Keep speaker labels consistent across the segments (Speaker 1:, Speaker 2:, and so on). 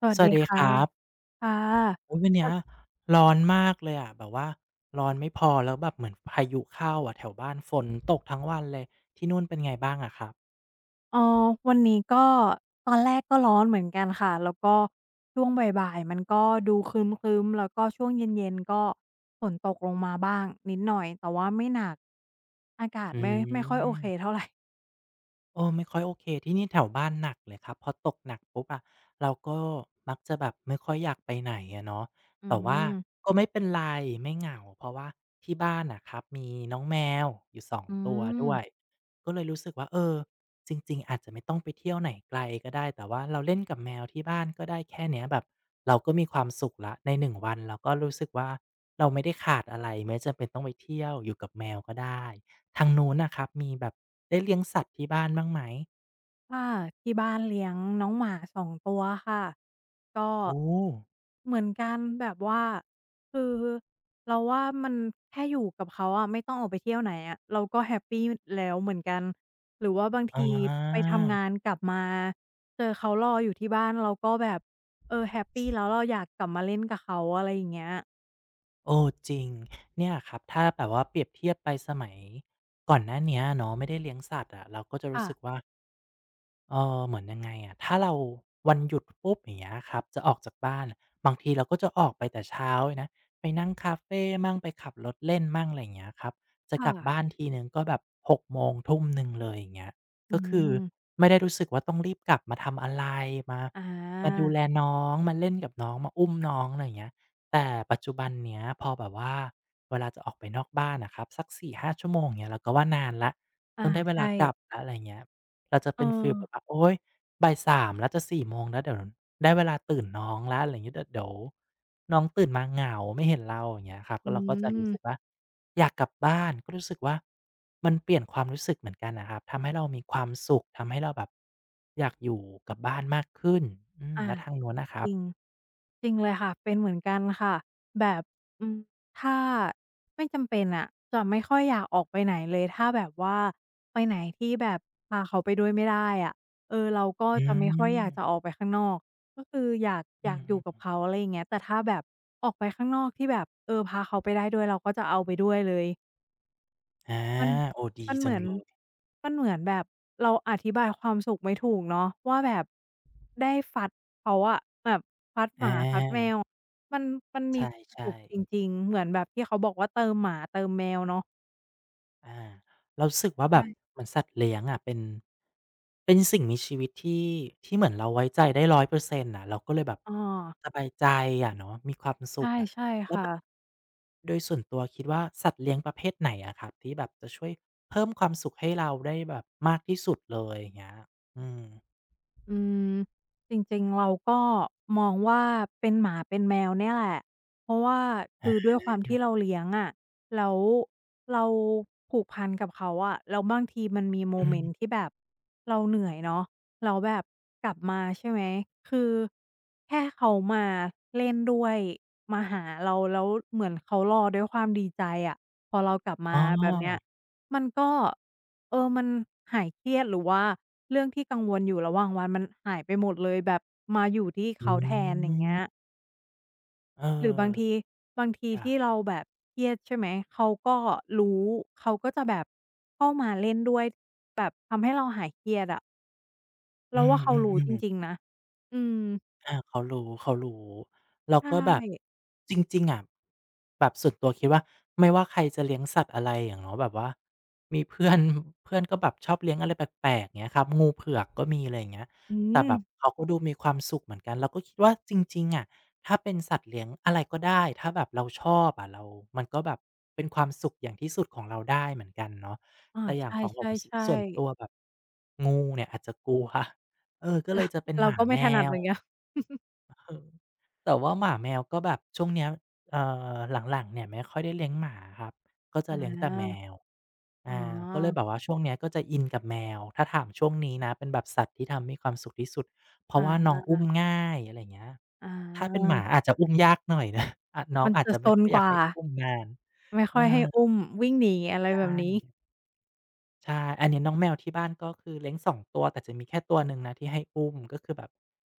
Speaker 1: สวั
Speaker 2: ส
Speaker 1: ส
Speaker 2: วั
Speaker 1: ดี
Speaker 2: สดีค
Speaker 1: ค่ะ
Speaker 2: รับ
Speaker 1: ค่ะ
Speaker 2: โอุ๊ยวันเนี้
Speaker 1: วั
Speaker 2: ย
Speaker 1: น
Speaker 2: ร้อนมากเลยอะแบบว่าร้อนไม่พอแล้วแบบเหมือนพายุเข้าอะแถวบ้านฝนตกทั้งวันเลย ที่นู่นเป็นไงบ้างอะครับ
Speaker 1: เอ่อวันนี้ก็ตอนแรกก็ร้อนเหมือนกันค่ะ แล้วก็ช่วงบ่ายๆมันก็ดูครึ้มๆแล้วก็ช่วงเย็นๆก็ฝนตกลงมาบ้างนิดหน่อยแต่ว่าไม่หนักอากาศ
Speaker 2: อื
Speaker 1: ไม่ไม่ค่อยโอเค
Speaker 2: ม
Speaker 1: เท่าไร
Speaker 2: โอ้ไม่ค่อยโอเคที่นี่แถวบ้านหนักเลยครับพอตกหนักปุ๊บอะเราก็มักจะแบบไม่ค่อยอยากไปไหนอะเนาะ
Speaker 1: อื
Speaker 2: แต่ว่า
Speaker 1: ม
Speaker 2: ก็ไม่เป็นไรไม่เหงาเพราะว่าที่บ้านน่ะครับมีน้องแมวอยู่สอง
Speaker 1: อื
Speaker 2: ตัวด้วย
Speaker 1: ม
Speaker 2: ก็เลยรู้สึกว่าเออจริงๆอาจจะไม่ต้องไปเที่ยวไหนไกลก็ได้แต่ว่าเราเล่นกับแมวที่บ้านก็ได้แค่เนี้ยแบบเราก็มีความสุขแล้วในหนึ่งวันเราก็รู้สึกว่าเราไม่ได้ขาดอะไรไม่จำเป็นต้องไปเที่ยวอยู่กับแมวก็ได้ ทางนู้นน่ะครับมีแบบได้เลี้ยงสัตว์ที่บ้านบ้างไหม
Speaker 1: ค่ะที่บ้านเลี้ยงน้องหมาสองตัวค่ะก็
Speaker 2: โอ้
Speaker 1: เหมือนกันแบบว่าคือเราว่ามันแค่อยู่กับเขาอะไม่ต้องออกไปเที่ยวไหนอะเราก็แฮปปีแล้วเหมือนกันหรือว่าบาง
Speaker 2: อ
Speaker 1: ทีไป
Speaker 2: า
Speaker 1: ทำงานกลับมาเจอเขารออยู่ที่บ้านเราก็แบบเออแฮปปีแล้วเราอยากกลับมาเล่นกับเขาอะไรอย่างเงี้ย
Speaker 2: เออจริงเนี่ยครับถ้าแบบว่าเปรียบเทียบไปสมัยก่อนหน้าเนี้ยเนาะไม่ได้เลี้ยงสัตว์อะเราก็จะรู้
Speaker 1: ค่ะ
Speaker 2: สึกว่า เออเหมือนยังไงอะถ้าเราวันหยุดปุ๊บอย่างเงี้ยครับจะออกจากบ้านบางทีเราก็จะออกไปแต่เช้าเลยนะไปนั่งคาเฟมั่งไปขับรถเล่นมั่งอะไรอย่างเงี้ยครับจะกลับ
Speaker 1: ค่ะ
Speaker 2: บ้านทีหนึ่งก็แบบ6โมงทุ่มหนึ่งเลยอย่างเงี้ย
Speaker 1: อื
Speaker 2: ก็คือ
Speaker 1: ม
Speaker 2: ไม่ได้รู้สึกว่าต้องรีบกลับมาทำอะไรมา
Speaker 1: อา
Speaker 2: มาดูแลน้องมาเล่นกับน้องมาอุ้มน้องอะไรอย่างเงี้ยแต่ปัจจุบันเนี้ยพอแบบว่าเวลาจะออกไปนอกบ้านนะครับสักสี่ห้าชั่วโมงเนี้ยเราก็ว่านานละ
Speaker 1: อา
Speaker 2: ต้องได้เวลา
Speaker 1: ใช่
Speaker 2: กลับละอะไรเงี้ย เราจะ
Speaker 1: เอ
Speaker 2: เป็นฟี
Speaker 1: อ
Speaker 2: ลแบบว่าโอ๊ยบ่ายสามแล้วจะ4โมงแล้วเดี๋ยวได้เวลาตื่นน้องแล้วอะไรอย่างงี้เดี๋ยวน้องตื่นมาเหงาไม่เห็นเราอย่างเงี้ยครับ
Speaker 1: อื
Speaker 2: แล้วเราก็จะรู้สึกว่า
Speaker 1: ม
Speaker 2: อยากกลับบ้านก็รู้สึกว่ามันเปลี่ยนความรู้สึกเหมือนกันน่ะครับทำให้เรามีความสุขทำให้เราแบบอยากอยู่กับบ้านมากขึ้นอืม
Speaker 1: อา
Speaker 2: แล้วทางนู้นน่ะค
Speaker 1: จ
Speaker 2: รับ
Speaker 1: ริงจริงเลยค่ะเป็นเหมือนกันค่ะแบบอืมถ้าไม่จำเป็นอะจะไม่ค่อยอยากออกไปไหนเลยถ้าแบบว่าไปไหนที่แบบพาเขาไปด้วยไม่ได้อะเออเราก็
Speaker 2: อื
Speaker 1: จะไม่ค่อยอยากจะอ
Speaker 2: ม
Speaker 1: อกไปข้างนอกก็คืออยากอ
Speaker 2: อื
Speaker 1: ยากอยู่กับ
Speaker 2: ม
Speaker 1: เขาอะไรอย่างเงี้ยแต่ถ้าแบบออกไปข้างนอกที่แบบเออพาเขาไปได้ด้วยเราก็จะเอาไปด้วยเลย
Speaker 2: ๆอา
Speaker 1: มัน
Speaker 2: โอ้ดี
Speaker 1: มัน
Speaker 2: จั
Speaker 1: เหมื
Speaker 2: ง
Speaker 1: อน
Speaker 2: เลย
Speaker 1: มันเหมือนแบบเราอธิบายความสุขไม่ถูกเนาะว่าแบบได้ฟัดเขาอะแบบฟัดห
Speaker 2: อ
Speaker 1: มาฟัดแมว
Speaker 2: า
Speaker 1: มันมัน
Speaker 2: ใช
Speaker 1: มีความสุ
Speaker 2: ่
Speaker 1: ขจ
Speaker 2: ๆ
Speaker 1: ริงๆเหมือนแบบที่เขาบอกว่าเติมหมาเติมแมวเนาะ
Speaker 2: อาเรารู้สึกว่าแบ
Speaker 1: ใช่
Speaker 2: บเหมือนสัตว์เลี้ยงอะเป็นสิ่งมีชีวิตที่เหมือนเราไว้ใจได้100%นต์น่ะเราก็เลยแบบ
Speaker 1: เออ
Speaker 2: สบายใจอะเนาะมีความสุข
Speaker 1: ใช่
Speaker 2: อะ
Speaker 1: ใช่ค่ะ
Speaker 2: โดยส่วนตัวคิดว่าสัตว์เลี้ยงประเภทไหนอะครับที่แบบจะช่วยเพิ่มความสุขให้เราได้แบบมากที่สุดเลยอย่างเงี้ยอืม
Speaker 1: อืมจริงๆเราก็มองว่าเป็นหมาเป็นแมวเนี่ยแหละเพราะว่าคือด้วยความที่เราเลี้ยงอะแล้วเราผูกพันกับเขาอะแล้วบางทีมันมีโม
Speaker 2: อื
Speaker 1: เมนต์
Speaker 2: ม
Speaker 1: ที่แบบเราเหนื่อยเนาะแล้วแบบกลับมาใช่ไหมคือแค่เขามาเล่นด้วยมาหาเราแล้วเหมือนเขารอด้วยความดีใจอะพอเรากลับ
Speaker 2: อ๋
Speaker 1: มาแบบเนี้ย
Speaker 2: อ
Speaker 1: มันก็เออมันหายเครียดหรือว่าเรื่องที่กังวลอยู่ระหว่างวันมันหายไปหมดเลยแบบมาอยู่ที่
Speaker 2: อื
Speaker 1: เขาแทนอย่างเงี้ย
Speaker 2: มเออ
Speaker 1: หรือบางที
Speaker 2: อยาก
Speaker 1: ที่เราแบบเครียดใช่ไหมเขาก็รู้เขาก็จะแบบเข้ามาเล่นด้วยแบบทำให้เราหายเครียดอะ
Speaker 2: อื
Speaker 1: เราว่าเขารู้จ
Speaker 2: มๆ
Speaker 1: ริ
Speaker 2: ๆ
Speaker 1: งๆนะอืม
Speaker 2: อาเขารู้เขารู้แล้ว
Speaker 1: ใช่
Speaker 2: ก็แบบจริงๆอะแบบส่วนตัวคิดว่าไม่ว่าใครจะเลี้ยงสัตว์อะไรอะเนาะแบบว่ามีเพื่อน เพื่อนก็แบบชอบเลี้ยงอะไรแปลกๆเงี้ยครับงูเผือกก็มีอะไรอย่างเงี้ย
Speaker 1: อื
Speaker 2: แต่แบ
Speaker 1: ม
Speaker 2: บเขาก็ดูมีความสุขเหมือนกันเราก็คิดว่าจริงๆอะถ้าเป็นสัตว์เลี้ยงอะไรก็ได้ถ้าแบบเราชอบอะเรามันก็แบบเป็นความสุขอย่างที่สุดของเราได้เหมือนกันเนาะ
Speaker 1: อา
Speaker 2: แต่อ
Speaker 1: ใช
Speaker 2: ย่างของผม
Speaker 1: ่
Speaker 2: สส่วน
Speaker 1: ๆ
Speaker 2: ตัว
Speaker 1: ๆ
Speaker 2: แบบงูเนี่ยอาจจะกลัวเออก็เลยจะเป็นห
Speaker 1: เรา
Speaker 2: มา
Speaker 1: ก็ไม่
Speaker 2: แม
Speaker 1: ถนัดเห
Speaker 2: ว
Speaker 1: มือนกัน
Speaker 2: เออแต่ว่าหมาแมวก็แบบช่วงเนี้ยเอ่หลังๆเนี่ยไม่ค่อยได้เลี้ยงหมาครับก็จะ
Speaker 1: อา
Speaker 2: เลี้ยงแต่แมว
Speaker 1: อ๋อ
Speaker 2: อาก็เลยแบบว่าช่วงเนี้ยก็จะอินกับแมวถ้าถามช่วงนี้นะเป็นแบบสัตว์ที่ทำให้มีความสุขที่สุดเพราะว่าน้อ
Speaker 1: อา
Speaker 2: งอุ้มง่ายอะไรอย่างเงี้ยถ้าเป็นหมาอาจจะอุ้มยากหน่อยนะอาน้
Speaker 1: ๆ
Speaker 2: อ
Speaker 1: มั
Speaker 2: ง
Speaker 1: น
Speaker 2: อาจ
Speaker 1: จะ
Speaker 2: จะ
Speaker 1: ซ
Speaker 2: ไม่
Speaker 1: น
Speaker 2: ค่อยอ
Speaker 1: ก
Speaker 2: ยาก
Speaker 1: ว่า
Speaker 2: ให้อุ้มนาน
Speaker 1: ไม่
Speaker 2: เอ
Speaker 1: ค่อยให้
Speaker 2: อ
Speaker 1: อุ้มวิ่งหนีอะไร
Speaker 2: ใช
Speaker 1: แบบนี้
Speaker 2: ่ ใช่ อันนี้น้องแมวที่บ้านก็คือเลี้ยงสองตัว แต่จะมีแค่ตัวหนึ่งนะที่ให้อุ้ม ก็คือแบบ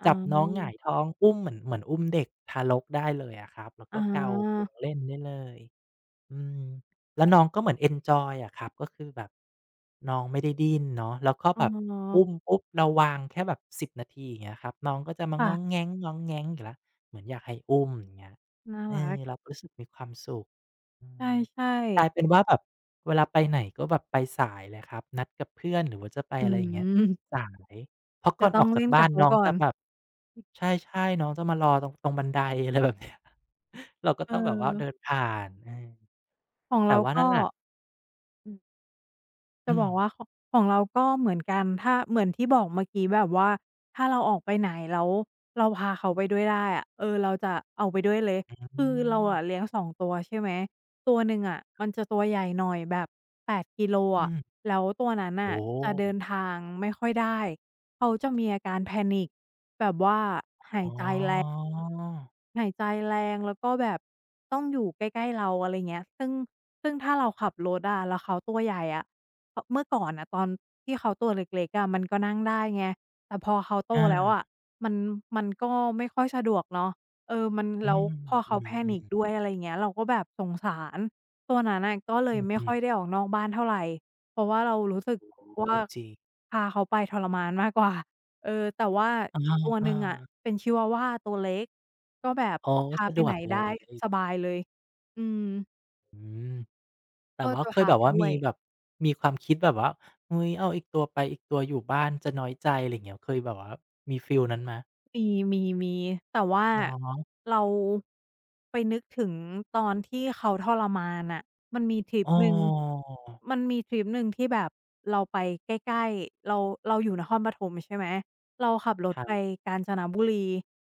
Speaker 1: อ๋
Speaker 2: จับน้องหงา
Speaker 1: อ
Speaker 2: ยท้องอุ้มเหมือนอุ้มเด็กทารกได้เลยอะครับ แล้ว
Speaker 1: อ๋
Speaker 2: ก็เกาปุ
Speaker 1: อ
Speaker 2: งเล่นได้เลย อืมแล้วน้องก็เหมือนเอนจอยอะครับก็คือแบบน้องไม่ได้ดิ้นเนาะแล้วก็
Speaker 1: อ๋
Speaker 2: แบบอุ้ม
Speaker 1: อ
Speaker 2: ปุ๊บเราวางแค่แบบสิ0นาทีอย่างเงี้ยครับน้องก็จะมาง้อง
Speaker 1: ค่ะ
Speaker 2: แง้งๆอยู่แล้วเหมือนอยากให้อุ้มอย่างเงี้ย
Speaker 1: น่า
Speaker 2: เอ
Speaker 1: รั
Speaker 2: อ
Speaker 1: ก
Speaker 2: เราก็รู้สึกมีความสุขอืม
Speaker 1: ใช่
Speaker 2: กลายเป็
Speaker 1: ๆ
Speaker 2: นว่าแบบเวลาไปไหนก็แบบไปสายเลยครับนัดกับเพื่อนหรือว่าจะไป
Speaker 1: อื
Speaker 2: อะไรอย่างเงี้ย
Speaker 1: ม
Speaker 2: สายเพราะก่
Speaker 1: จะ
Speaker 2: อนอ
Speaker 1: ต้อ
Speaker 2: อ
Speaker 1: ง
Speaker 2: กจาก
Speaker 1: เล่น
Speaker 2: บ้า
Speaker 1: กับ
Speaker 2: น
Speaker 1: เขา
Speaker 2: น้อง
Speaker 1: ก่อ
Speaker 2: จะ
Speaker 1: น
Speaker 2: แบบใช่ๆน้องจะมารอตรงบันไดอะไรแบบเนี้ย เราก็
Speaker 1: เอ
Speaker 2: ต้องแบบว่า
Speaker 1: อ
Speaker 2: เดินผ่านเออ
Speaker 1: ของ
Speaker 2: แต่
Speaker 1: เรา
Speaker 2: ว่านั่
Speaker 1: ก็
Speaker 2: นแหละ
Speaker 1: อืม จะ
Speaker 2: อื
Speaker 1: บ
Speaker 2: ม
Speaker 1: อกว่าของเราก็เหมือนกันถ้าเหมือนที่บอกเมื่อกี้แบบว่าถ้าเราออกไปไหนแล้วเราพาเขาไปด้วยได้อะเออเราจะเอาไปด้วยเลย
Speaker 2: อื
Speaker 1: คือเราอะ
Speaker 2: ม
Speaker 1: เลี้ยง2ตัวใช่ไหมตัวหนึ่งอะมันจะตัวใหญ่หน่อยแบบ8กิโล
Speaker 2: อื
Speaker 1: อะ
Speaker 2: ม
Speaker 1: แล้วตัวนั้นน่ะ
Speaker 2: โอ้โ
Speaker 1: จะ
Speaker 2: ฮ
Speaker 1: เดินทางไม่ค่อยได้เขาจะมีอาการ panic แบบว่าหา
Speaker 2: อ๋
Speaker 1: ยใจแรง
Speaker 2: อ
Speaker 1: หายใจแรงแล้วก็แบบต้องอยู่ใกล้ๆเราอะไรเงี้ยซึ่งถ้าเราขับรถอะแล้วเขาตัวใหญ่อะ เพราะเมื่อก่อนน่ะตอนที่เขาตัวเล็กๆอะมันก็นั่งได้ไงแต่พอเขาโตแล้ว
Speaker 2: อา
Speaker 1: อะมันมันก็ไม่ค่อยสะดวกเนาะเออมัน
Speaker 2: อื
Speaker 1: แล้อื
Speaker 2: ม
Speaker 1: วพอ
Speaker 2: อื
Speaker 1: เขา panic ด้
Speaker 2: ม
Speaker 1: วยอะไรอย่างเงี้ยเราก็แบบสงสารตัวนั้นน่ะก็เล
Speaker 2: ๆอื
Speaker 1: ยไม่ค่
Speaker 2: ม
Speaker 1: อยได้ออกนอกบ้านเท่าไรเพราะว่าเรารู้สึก
Speaker 2: ๆโอ้โฮ
Speaker 1: ว่า
Speaker 2: จริง
Speaker 1: พาเขาไปทรมานมากกว่าเออแต่ว่า
Speaker 2: อ
Speaker 1: อีกตัวห
Speaker 2: า
Speaker 1: นึ่งอะ
Speaker 2: ๆ
Speaker 1: เป็นชิวาวาตัวเล็กก็แบบ
Speaker 2: อ๋อ
Speaker 1: พา
Speaker 2: สะ
Speaker 1: ไป
Speaker 2: ดว
Speaker 1: ไหน
Speaker 2: กเล
Speaker 1: ได้
Speaker 2: ย
Speaker 1: สบายเลยอืม
Speaker 2: อืมแต่
Speaker 1: ก็
Speaker 2: ว่า
Speaker 1: จะ
Speaker 2: เคย
Speaker 1: พา
Speaker 2: แบบ
Speaker 1: ไป
Speaker 2: ว่า
Speaker 1: ด้ว
Speaker 2: มี
Speaker 1: ย
Speaker 2: แบบมีความคิดแบบว่าเฮ้ยเอาอีกตัวไปอีกตัวอยู่บ้านจะน้อยใจอะไรอย่างเงี้ยเคยแบบว่ามีฟีลนั้นไหม
Speaker 1: มีมีมีแต่ว่า
Speaker 2: เนาะ
Speaker 1: เราไปนึกถึงตอนที่เขาทรมานน่ะมันมีทริป
Speaker 2: เอ้
Speaker 1: หนึ่ง
Speaker 2: อ
Speaker 1: มันมีทริปหนึ่งที่แบบเราไปใกล้ๆเราเราอยู่นครปฐมใช่ไหม เราขับร
Speaker 2: ค
Speaker 1: ถ
Speaker 2: รั
Speaker 1: ไป
Speaker 2: บ
Speaker 1: กาญจนบุรี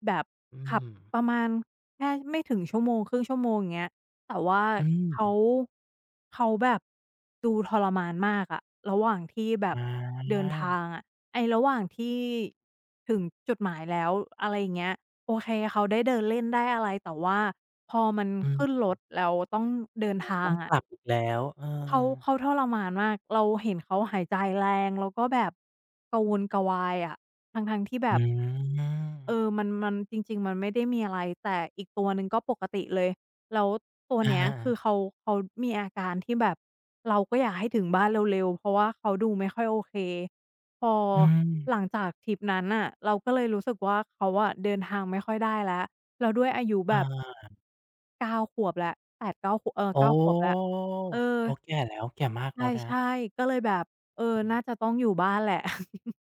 Speaker 1: แบบ
Speaker 2: อื
Speaker 1: ขับ
Speaker 2: ม
Speaker 1: ประมาณแค่ไม่ถึงชั่วโมงครึ่งชั่วโมงอย่างเงี้ยแต่ว่า
Speaker 2: อืม
Speaker 1: เขาเขาแบบดูทรมานมากอะระหว่างที่แบ
Speaker 2: อ
Speaker 1: บเดิน
Speaker 2: า
Speaker 1: ทางอะไอ้ระหว่างที่ถึงจุดหมายแล้วอะไรอย่างเงี้ยโอเคเขาได้เดินเล่นได้อะไรแต่ว่าพอมัน
Speaker 2: อื
Speaker 1: ขึ้น
Speaker 2: ม
Speaker 1: รถแล้วต้องเดินทา
Speaker 2: ต้อ
Speaker 1: ง
Speaker 2: งก
Speaker 1: อะ
Speaker 2: ลับอีกแล้วเออ
Speaker 1: เขาทรมานมากเราเห็นเขาหายใจแรงแล้วก็แบบกระวนกระวายอะทั้งๆที่แบ
Speaker 2: อื
Speaker 1: บเออ
Speaker 2: ม
Speaker 1: มันมันจริงๆมันไม่ได้มีอะไรแต่อีกตัวหนึ่งก็ปกติเลยแล้วตัว
Speaker 2: อา
Speaker 1: เนี้ย
Speaker 2: ๆ
Speaker 1: คือเขามีอาการที่แบบเราก็อยากให้ถึงบ้านเร็วๆเพราะว่าเขาดูไม่ค่อยโอเคพอ
Speaker 2: อืม
Speaker 1: หลังจากทริปนั้นน่ะเราก็เลยรู้สึกว่าเขาอะเดินทางไม่ค่อยได้แล้วแล้วด้วยอายุแบบ
Speaker 2: อา
Speaker 1: เก้าขวบแล้ว8-9ขวบเออ
Speaker 2: โอ
Speaker 1: เก้าขวบแล้ว
Speaker 2: ้
Speaker 1: เออ
Speaker 2: โอ้แก่แล้วแก่มากแล้วนะ
Speaker 1: ใช่ๆก็เลยแบบเออ
Speaker 2: อื
Speaker 1: น่า
Speaker 2: ม
Speaker 1: จะต้องอยู่บ้านแหละ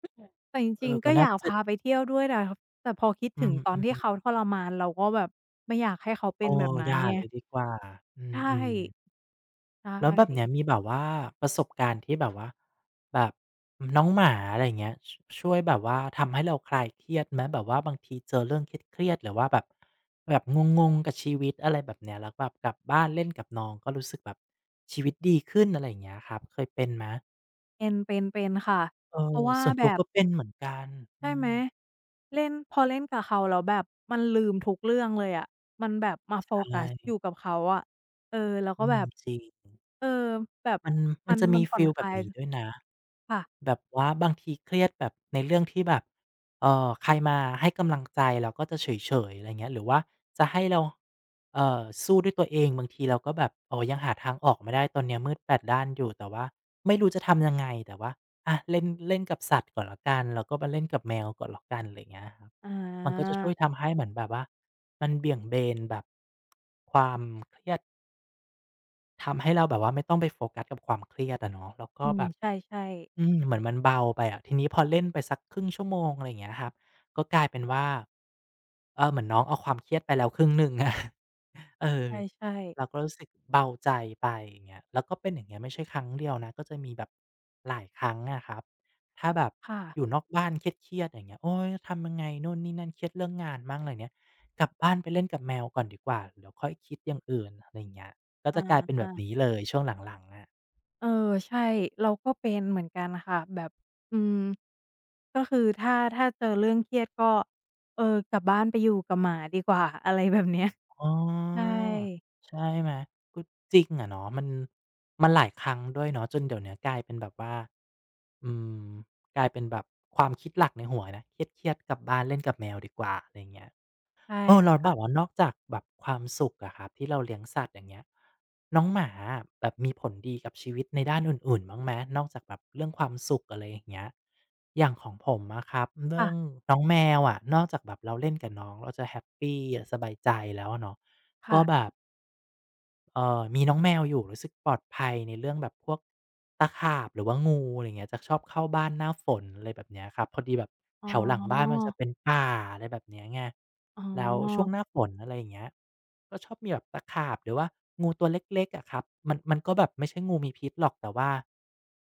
Speaker 1: แต่จ
Speaker 2: เอ
Speaker 1: ริง
Speaker 2: อ
Speaker 1: ๆ
Speaker 2: ก็
Speaker 1: ก็อ
Speaker 2: น่า
Speaker 1: ยาก
Speaker 2: จะ
Speaker 1: พาไปเที่ยวด้วยนะแต่พอคิด
Speaker 2: อื
Speaker 1: ถึงตอนที่เขา
Speaker 2: ม
Speaker 1: ทรมานเราก็แบบไม่อยากให้เขา
Speaker 2: ๆมอ
Speaker 1: เป็น
Speaker 2: อ
Speaker 1: แบบ
Speaker 2: อ
Speaker 1: นั้น
Speaker 2: ย่า
Speaker 1: ไง
Speaker 2: เลยดีกว่า
Speaker 1: ใช่
Speaker 2: อืมๆ
Speaker 1: ใช
Speaker 2: แล้วแบบเนี้ย
Speaker 1: ่
Speaker 2: มีแบบว่าประสบการณ์ที่แบบว่าแบบน้องหมาอะไรเงี้ยชช่วยแบบว่าทำให้เราคลายเครียดไหมแบบว่าบางทีเจอเรื่องเครียดๆหรือว่าแบบแบบงงๆกับชีวิตอะไรแบบเนี้ยแล้วแบบกลับบ้านเล่นกับน้องก็รู้สึกแบบชีวิตดีขึ้นอะไรอย่างเงี้ยครับเคยเป็นไหม
Speaker 1: เป็นค่ะ
Speaker 2: เออ
Speaker 1: เพราะว่า
Speaker 2: ส่วน
Speaker 1: แบ
Speaker 2: ตัว
Speaker 1: บ
Speaker 2: ก็เป็นเหมือนกันอื
Speaker 1: ใช่ไหม
Speaker 2: ม
Speaker 1: เล่นพอเล่นกับเขาแล้วแบบมันลืมทุกเรื่องเลยอะมันแบบมา
Speaker 2: ใช
Speaker 1: โฟกัสอยู่
Speaker 2: ่
Speaker 1: กับเขาอะเออแล้ว
Speaker 2: อื
Speaker 1: ก็
Speaker 2: ม
Speaker 1: แบบ
Speaker 2: จริง
Speaker 1: เออแบบ
Speaker 2: มันมั
Speaker 1: มั
Speaker 2: น
Speaker 1: น
Speaker 2: จะ
Speaker 1: มั
Speaker 2: มี
Speaker 1: นผ่อน
Speaker 2: ฟีล
Speaker 1: ค
Speaker 2: แบ
Speaker 1: ลา
Speaker 2: บ
Speaker 1: ย
Speaker 2: นี้ด้วยนะ
Speaker 1: ค่ะ
Speaker 2: แบบว่าบางทีเครียดแบบในเรื่องที่แบบใครมาให้กำลังใจเราก็จะเฉยๆอะไรเงี้ยหรือว่าจะให้เราสู้ด้วยตัวเองบางทีเราก็แบบโอ้ยังหาทางออกไม่ได้ตอนเนี้ยมืดแปดด้านอยู่แต่ว่าไม่รู้จะทำยังไงแต่ว่าอะเล่นเล่นกับสัตว์ก่อนแล้วกันแล้วก็มาเล่นกับแมวก่อนแล้วกันไรเงี้ยครับ
Speaker 1: อ
Speaker 2: มันก็
Speaker 1: า
Speaker 2: จะช่วยทำให้เหมือนแบบว่ามันเบี่ยงเบนแบบความเครียดทำให้เราแบบว่าไม่ต้องไปโฟกัสกับความเครียดอะเนาะแล้วก็
Speaker 1: อืม
Speaker 2: แบบ
Speaker 1: ใช่
Speaker 2: อื
Speaker 1: ๆ
Speaker 2: มเหมือนมันเบาไปอะทีนี้พอเล่นไปสักครึ่งชั่วโมงอะไรอย่างเงี้ยครับก็กลายเป็นว่าเออเหมือนน้องเอาความเครียดไปแล้วครึ่งหนึ่งอะ เออ
Speaker 1: ใช่
Speaker 2: เรา
Speaker 1: ๆ
Speaker 2: ก็รู้สึกเบาใจไปอย่างเงี้ยแล้วก็เป็นอย่างเงี้ยไม่ใช่ครั้งเดียวนะก็จะมีแบบหลายครั้งอะครับถ้าแบบ
Speaker 1: ค่ะ
Speaker 2: อยู่นอกบ้านเครียดๆอย่างเงี้ยโอ๊ยทำยังไงนู่นนี่นั่นเครียดเรื่องงานมั่งอะไรเงี้ยกลับบ้านไปเล่นกับแมวก่อนดีกว่าเดี๋ยวค่อยคิดอย่างอื่นอะไรอย่างเงี้ยก็
Speaker 1: อ
Speaker 2: จะกลายเป็นแบ
Speaker 1: า
Speaker 2: บนี้เลยช่วงหลังๆอะ
Speaker 1: เออใช่เราก็เป็นเหมือนกันค่ะแบบอืมก็คือถ้าเจอเรื่องเครียดก็เออกลับบ้านไปอยู่กับหมาดีกว่า อะไรแบบเนี้ย
Speaker 2: อ๋
Speaker 1: ใช่
Speaker 2: อใช่ไหมก็จริงอะเนาะมันมันหลายครั้งด้วยเนาะจนเดี๋ยวเนี้ยกลายเป็นแบบว่าอืมกลายเป็นแบบความคิดหลักในหัวนะเครียดๆกลับบ้านเล่นกับแมวดีกว่าอะไรอย่างเงี้ย
Speaker 1: ใช่
Speaker 2: เออเราแบบว่า
Speaker 1: ค่ะ
Speaker 2: นอกจากแบบความสุขอะครับที่เราเลี้ยงสัตว์อย่างเงี้ยน้องหมาอะแบบมีผลดีกับชีวิตในด้านอื่นๆบ้างไหมนอกจากแบบเรื่องความสุขอะไรอย่างเงี้ยอย่างของผมอะครับเรื่อง
Speaker 1: ค่ะ
Speaker 2: น้องแมวอะนอกจากแบบเราเล่นกับน้องเราจะแฮปปีสบายใจแล้วอะเนาะก็
Speaker 1: ค่ะ
Speaker 2: แบบ มีน้องแมวอยู่รู้สึกปลอดภัยในเรื่องแบบพวกตะขาบหรือว่างูอะไรอย่างเงี้ยจะชอบเข้าบ้านหน้าฝนอะไรแบบเนี้ยครับพอดีแบบ
Speaker 1: อ๋
Speaker 2: แถวหลังบ้านมั
Speaker 1: อ
Speaker 2: นจะเป็นป่าอะไรแบบเนี้ยไง
Speaker 1: อ๋
Speaker 2: แล้วช่วง
Speaker 1: อ
Speaker 2: หน้าฝนอะไรอย่างเงี้ยก็ชอบมีแบบตะขาบหรือว่างูตัวเล็กๆอะครับมันมันก็แบบไม่ใช่งูมีพิษหรอกแต่ว่า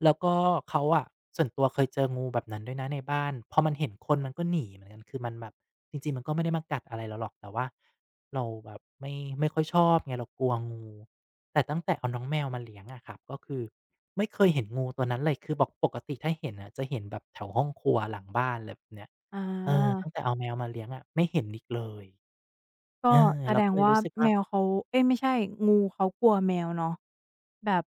Speaker 2: แล้วก็เขาอะส่วนตัวเคยเจองูแบบนั้นด้วยนะในบ้านพอมันเห็นคนมันก็หนีเหมือนกันคือมันแบบจริงๆมันก็ไม่ได้มากัดอะไรเราหรอกแต่ว่าเราแบบไม่ไม่ค่อยชอบไงเรากลัวงูแต่ตั้งแต่เอาน้องแมวมาเลี้ยงอะครับก็คือไม่เคยเห็นงูตัวนั้นเลยคือบอกปกติถ้าเห็นอะจะเห็นแบบแถวห้องครัวหลังบ้านอะไรแบบเนี้ย
Speaker 1: อา
Speaker 2: เออตั้งแต่เอาแมวมาเลี้ยงอะไม่เห็นอีกเลยเออ
Speaker 1: ก็แส
Speaker 2: เรา
Speaker 1: ด
Speaker 2: ก็
Speaker 1: ง
Speaker 2: เลย
Speaker 1: ว่า
Speaker 2: รู้สึกว่า
Speaker 1: แมวเขาเอ๊ยไม่ใช่งูเขากลัวแมวเนาะแบบ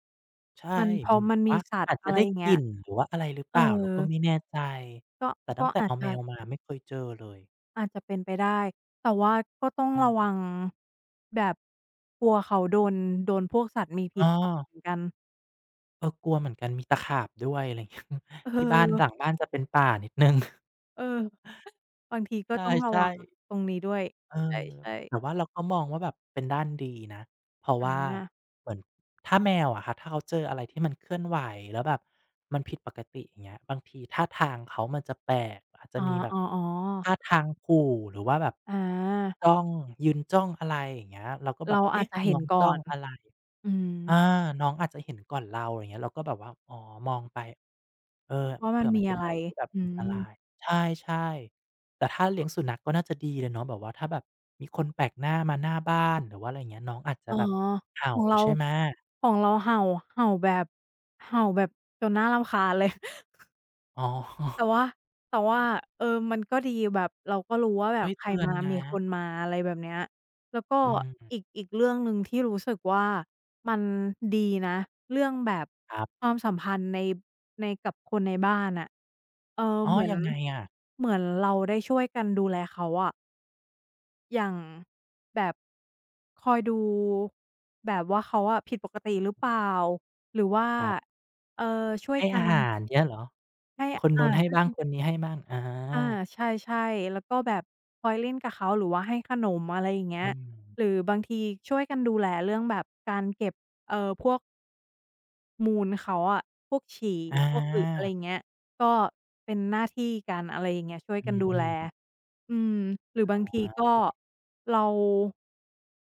Speaker 2: ใช่
Speaker 1: มันพ
Speaker 2: เห
Speaker 1: อ
Speaker 2: มือน
Speaker 1: มันมี
Speaker 2: ว่า
Speaker 1: สัต
Speaker 2: อา
Speaker 1: ว์
Speaker 2: จจะ
Speaker 1: อะไร
Speaker 2: ได้
Speaker 1: อย่าง
Speaker 2: ก
Speaker 1: เงี้ย
Speaker 2: ลิ่นหรือว่าอะไรหรือเป
Speaker 1: เออ
Speaker 2: ล่าเราก็ไม่แน่ใจ
Speaker 1: ก็
Speaker 2: แต่ตั้
Speaker 1: ก็
Speaker 2: งแต่
Speaker 1: อาจ
Speaker 2: เอาแม
Speaker 1: จะ
Speaker 2: วมาไม่เคยเจอเลย
Speaker 1: อาจจะเป็นไปได้แต่ว่าก็ต้อง
Speaker 2: อื
Speaker 1: ระวั
Speaker 2: ม
Speaker 1: งแบบกลัวเขาโดนโดนพวกสัตว์มีพิ
Speaker 2: อ้อ
Speaker 1: ษต่อยเหมือนกัน
Speaker 2: เออกลัวเหมือนกันมีตะขาบด้วยอะไรเงี้ย
Speaker 1: เอ
Speaker 2: ที่บ้านหลัง
Speaker 1: อ
Speaker 2: บ้านจะเป็นป่านิดหนึ่ง
Speaker 1: เออบางทีก็ต้อง ระวั
Speaker 2: ใช่
Speaker 1: ง
Speaker 2: ๆ
Speaker 1: ตรงนี้ด้วย
Speaker 2: เอ
Speaker 1: ใช
Speaker 2: อ
Speaker 1: ่
Speaker 2: แต่ว่า
Speaker 1: ๆ
Speaker 2: เราก็มองว่าแบบเป็นด้านดีนะ เพราะ
Speaker 1: อ
Speaker 2: ว่า
Speaker 1: า
Speaker 2: เหมือนถ้าแมวอะครับถ้าเขาเจออะไรที่มันเคลื่อนไหวแล้วแบบมันผิดปกติอย่างเงี้ยบางทีท่าทางเขามันจะแปลกอาจจะ
Speaker 1: อ๋อ
Speaker 2: มีแบบ
Speaker 1: ๆ
Speaker 2: ท่า
Speaker 1: ๆ
Speaker 2: ทางขู่หรือว่าแบบ
Speaker 1: อา
Speaker 2: จ้องยืนจ้องอะไรอย่างเงี้ยเราก็แบบ
Speaker 1: เราอา
Speaker 2: เอ๊ะ
Speaker 1: จจะ
Speaker 2: น้
Speaker 1: เห็
Speaker 2: อ
Speaker 1: น
Speaker 2: งจ้
Speaker 1: ก่อ
Speaker 2: อง
Speaker 1: น
Speaker 2: อะไร
Speaker 1: อืม
Speaker 2: อาน้องอาจจะเห็นก่อนเราอย่างเงี้ยเราก็แบบว่าอ๋อมองไปเออ
Speaker 1: ว่ามัน
Speaker 2: เผื่อมั
Speaker 1: มี
Speaker 2: นเป็
Speaker 1: อะ
Speaker 2: น
Speaker 1: ไร
Speaker 2: อะไรที่แบบ
Speaker 1: อื
Speaker 2: อันต
Speaker 1: ม
Speaker 2: รายใช่ๆแต่ถ้าเลี้ยงสุนัขก็น่าจะดีเลยเนาะแบบว่าถ้าแบบมีคนแปลกหน้ามาหน้าบ้านหรือว่าอะไรอย่างเงี้ยน้องอาจจะ
Speaker 1: อ๋อ
Speaker 2: แบบเห่า
Speaker 1: ของเรา
Speaker 2: ใช่ไหม
Speaker 1: ของเราเห่าเห่าแบบเห่าแบบจนน่ารำคาญเลย
Speaker 2: อ๋อ
Speaker 1: แต่ ว่าแต่ว่าเออมันก็ดีแบบเราก็รู้ว่าแบ
Speaker 2: ช่ว
Speaker 1: บ
Speaker 2: ย
Speaker 1: ใคร
Speaker 2: เตือน
Speaker 1: มา
Speaker 2: นะ
Speaker 1: มีคนมาอะไรแบบเนี้ยแล้วก็
Speaker 2: อื
Speaker 1: อี
Speaker 2: ม
Speaker 1: กอีกเรื่องหนึ่งที่รู้สึกว่ามันดีนะเรื่องแบบ
Speaker 2: ครั
Speaker 1: ค
Speaker 2: บ
Speaker 1: วามสัมพันธ์ในกับคนในบ้านน่ะเออ
Speaker 2: อ๋อ
Speaker 1: เหมือน
Speaker 2: ยังไงอะ
Speaker 1: เหมือนเราได้ช่วยกันดูแลเขาอะอย่างแบบคอยดูแบบว่าเขาอะผิดปกติหรือเปล่าหรือว่า
Speaker 2: ครับ
Speaker 1: เอ่อช่วย
Speaker 2: ให้
Speaker 1: กั
Speaker 2: อา
Speaker 1: น
Speaker 2: หารเงี้ยเหรอ
Speaker 1: ให้
Speaker 2: คน
Speaker 1: อา
Speaker 2: นู้นให้
Speaker 1: ช่วย
Speaker 2: บ้า
Speaker 1: กั
Speaker 2: ง
Speaker 1: น
Speaker 2: คนนี้ให้บ้างอา
Speaker 1: อาใช่ๆแล้วก็แบบคอยเล่นกับเขาหรือว่าให้ขนมอะไรอย่างเงี้
Speaker 2: อื
Speaker 1: ย
Speaker 2: ม
Speaker 1: หรือบางทีช่วยกันดูแลเรื่องแบบการเก็บเอ่อพวก มูลเขาอะพวกฉี่
Speaker 2: อา
Speaker 1: พวกอึอะไรอย่างเงี้ยก็เป็นหน้าที่กันอะไรอย่างเงี้ยช่วย
Speaker 2: อื
Speaker 1: กันดูแล
Speaker 2: ม
Speaker 1: อืมหรือบาง
Speaker 2: ๆ
Speaker 1: ที
Speaker 2: อ๋อ
Speaker 1: ก็เรา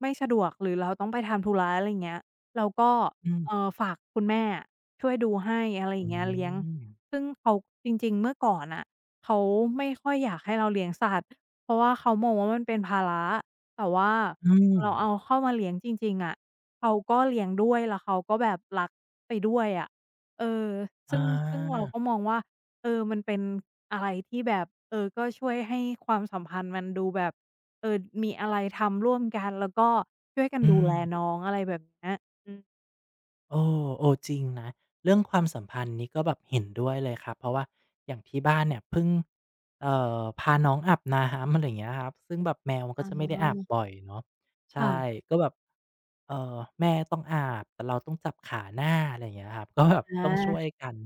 Speaker 1: ไม่สะดวกหรือเราต้องไปทำธุระอะไรอย่างเงี้ยเราก็
Speaker 2: อืม
Speaker 1: เอ่อฝากคุณแม่อะช่วยดูให้อะไรอ
Speaker 2: อื
Speaker 1: ย่างเงี้ยเลี้ยง
Speaker 2: ม
Speaker 1: ซึ่งเขาจริงๆเมื่อก่อนน่ะเขาไม่ค่อยอยากให้เราเลี้ยงสัตว์เพราะว่าเขามองว่ามันเป็นภาระแต่ว่า
Speaker 2: อื
Speaker 1: พอ
Speaker 2: ม
Speaker 1: เราเอาเข้ามาเลี้ยงจริงๆอะ เขาก็เลี้ยงด้วยแล้วเขาก็แบบรักไปด้วยอะเออ
Speaker 2: อ
Speaker 1: ซึ่งซึ่งเรา
Speaker 2: า
Speaker 1: ก็มองว่าเออมันเป็นอะไรที่แบบเออก็ช่วยให้ความสัมพันธ์มันดูแบบเออมีอะไรทำร่วมกันแล้วก็ช่วยกัน
Speaker 2: อื
Speaker 1: ดู
Speaker 2: ม
Speaker 1: แลน้องอะไรแบบเนี้ยอืม
Speaker 2: เออเออจริงนะเรื่องความสัมพันธ์นี้ก็แบบเห็นด้วยเลยครับเพราะว่าอย่างที่บ้านเนี่ยเพิ่งเอ่พาน้องอาบน้ำอะไรอย่างเงี้ยครับซึ่งแบบแมวมัน
Speaker 1: อ๋
Speaker 2: ก็จะไม่ได้อาบ
Speaker 1: อ
Speaker 2: บ่อยเนาะใช่
Speaker 1: ค่ะ
Speaker 2: ก็แบบเอ่อแม่ต้องอาบ แต่เราต้องจับขาหน้าอะไรอย่างเงี้ยครับก็แบบ
Speaker 1: อ
Speaker 2: ต้องช่วย
Speaker 1: า
Speaker 2: กัน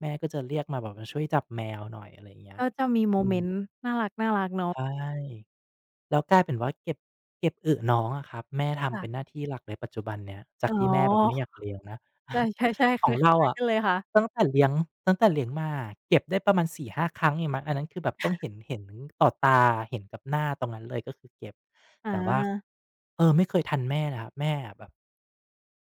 Speaker 2: แม่ก็จะเรียกมาแบบมาช่วยจับแมวหน่อยอะไรอย่างเงี้ย
Speaker 1: ก็จะมีโม
Speaker 2: อื
Speaker 1: เม
Speaker 2: ม
Speaker 1: นต์น่ารักๆเนาะ
Speaker 2: ใช่ แล้วกลายเป็นว่าเก็บอึน้องอะครับแม่ทำเป็นห
Speaker 1: ค่ะ
Speaker 2: น้าที่หลักเลยปัจจุบันเนี้ยจา
Speaker 1: อ๋
Speaker 2: กที่แม่แบบไม่อ
Speaker 1: อ
Speaker 2: ยากเลี้ยงนะ
Speaker 1: ใช่ๆ ๆ
Speaker 2: ข
Speaker 1: ค
Speaker 2: อง
Speaker 1: ล้
Speaker 2: เรา
Speaker 1: ายๆ
Speaker 2: อะ
Speaker 1: กันเลยค่ะ
Speaker 2: ตั้งแต่เลี้ยงตั้งแต่เลี้ยงมาเก็บได้ประมาณ4-5ครั้งเองมั้งอันนั้นคือแบบต้องเห็นต่อตาเห็นกับหน้าตรงนั้นเลยก็คือเก็บ
Speaker 1: อา
Speaker 2: แต่ว่าเออไม่เคยทันแม่เลยครับแม่แบบ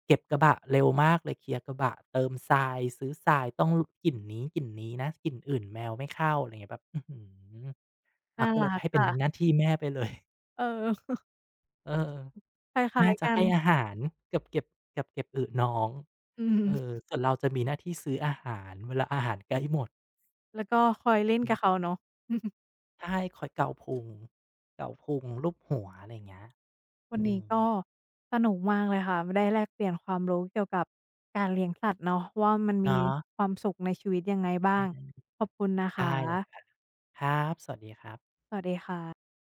Speaker 2: เก็บกระบะเร็วมากเลยเคลียร์กระบะเติมทรายซื้อทรายต้องกลิ่นนี้นะกลิ่นอื่นแมวไม่เข้าอะไร่าเงี้ยแบบอือหืออะ
Speaker 1: น่า
Speaker 2: ก็เล
Speaker 1: รั
Speaker 2: ย
Speaker 1: ก
Speaker 2: ให้เป็นห
Speaker 1: ค่ะ
Speaker 2: น้าที่แม่ไปเลย
Speaker 1: เออ
Speaker 2: เออ
Speaker 1: คล้า
Speaker 2: แม่
Speaker 1: ยๆ
Speaker 2: จะ
Speaker 1: กัน
Speaker 2: ให้อาหารกับเก็บกับเก็บอึน้อง
Speaker 1: อืม
Speaker 2: เออส่วนเราจะมีหน้าที่ซื้ออาหารเวลาอาหารใกล้หมด
Speaker 1: แล้วก็คอยเล่น
Speaker 2: อื
Speaker 1: กับ
Speaker 2: ม
Speaker 1: เขาเนาะ
Speaker 2: ใช่คอยเกาพุงเกาพุงลูบหัวอะไรอย่างเงี้ย
Speaker 1: วัน
Speaker 2: อื
Speaker 1: นี้
Speaker 2: ม
Speaker 1: ก็สนุกมากเลยค่ะได้แลกเปลี่ยนความรู้เกี่ยวกับการเลี้ยงสัตว์เนาะว่ามันมี
Speaker 2: เนาะ
Speaker 1: ความสุขในชีวิตยังไงบ้าง
Speaker 2: อา
Speaker 1: ขอบคุณนะค
Speaker 2: ได้เลยครั
Speaker 1: ะ
Speaker 2: บครับสวัสดีครับ
Speaker 1: ค่ะ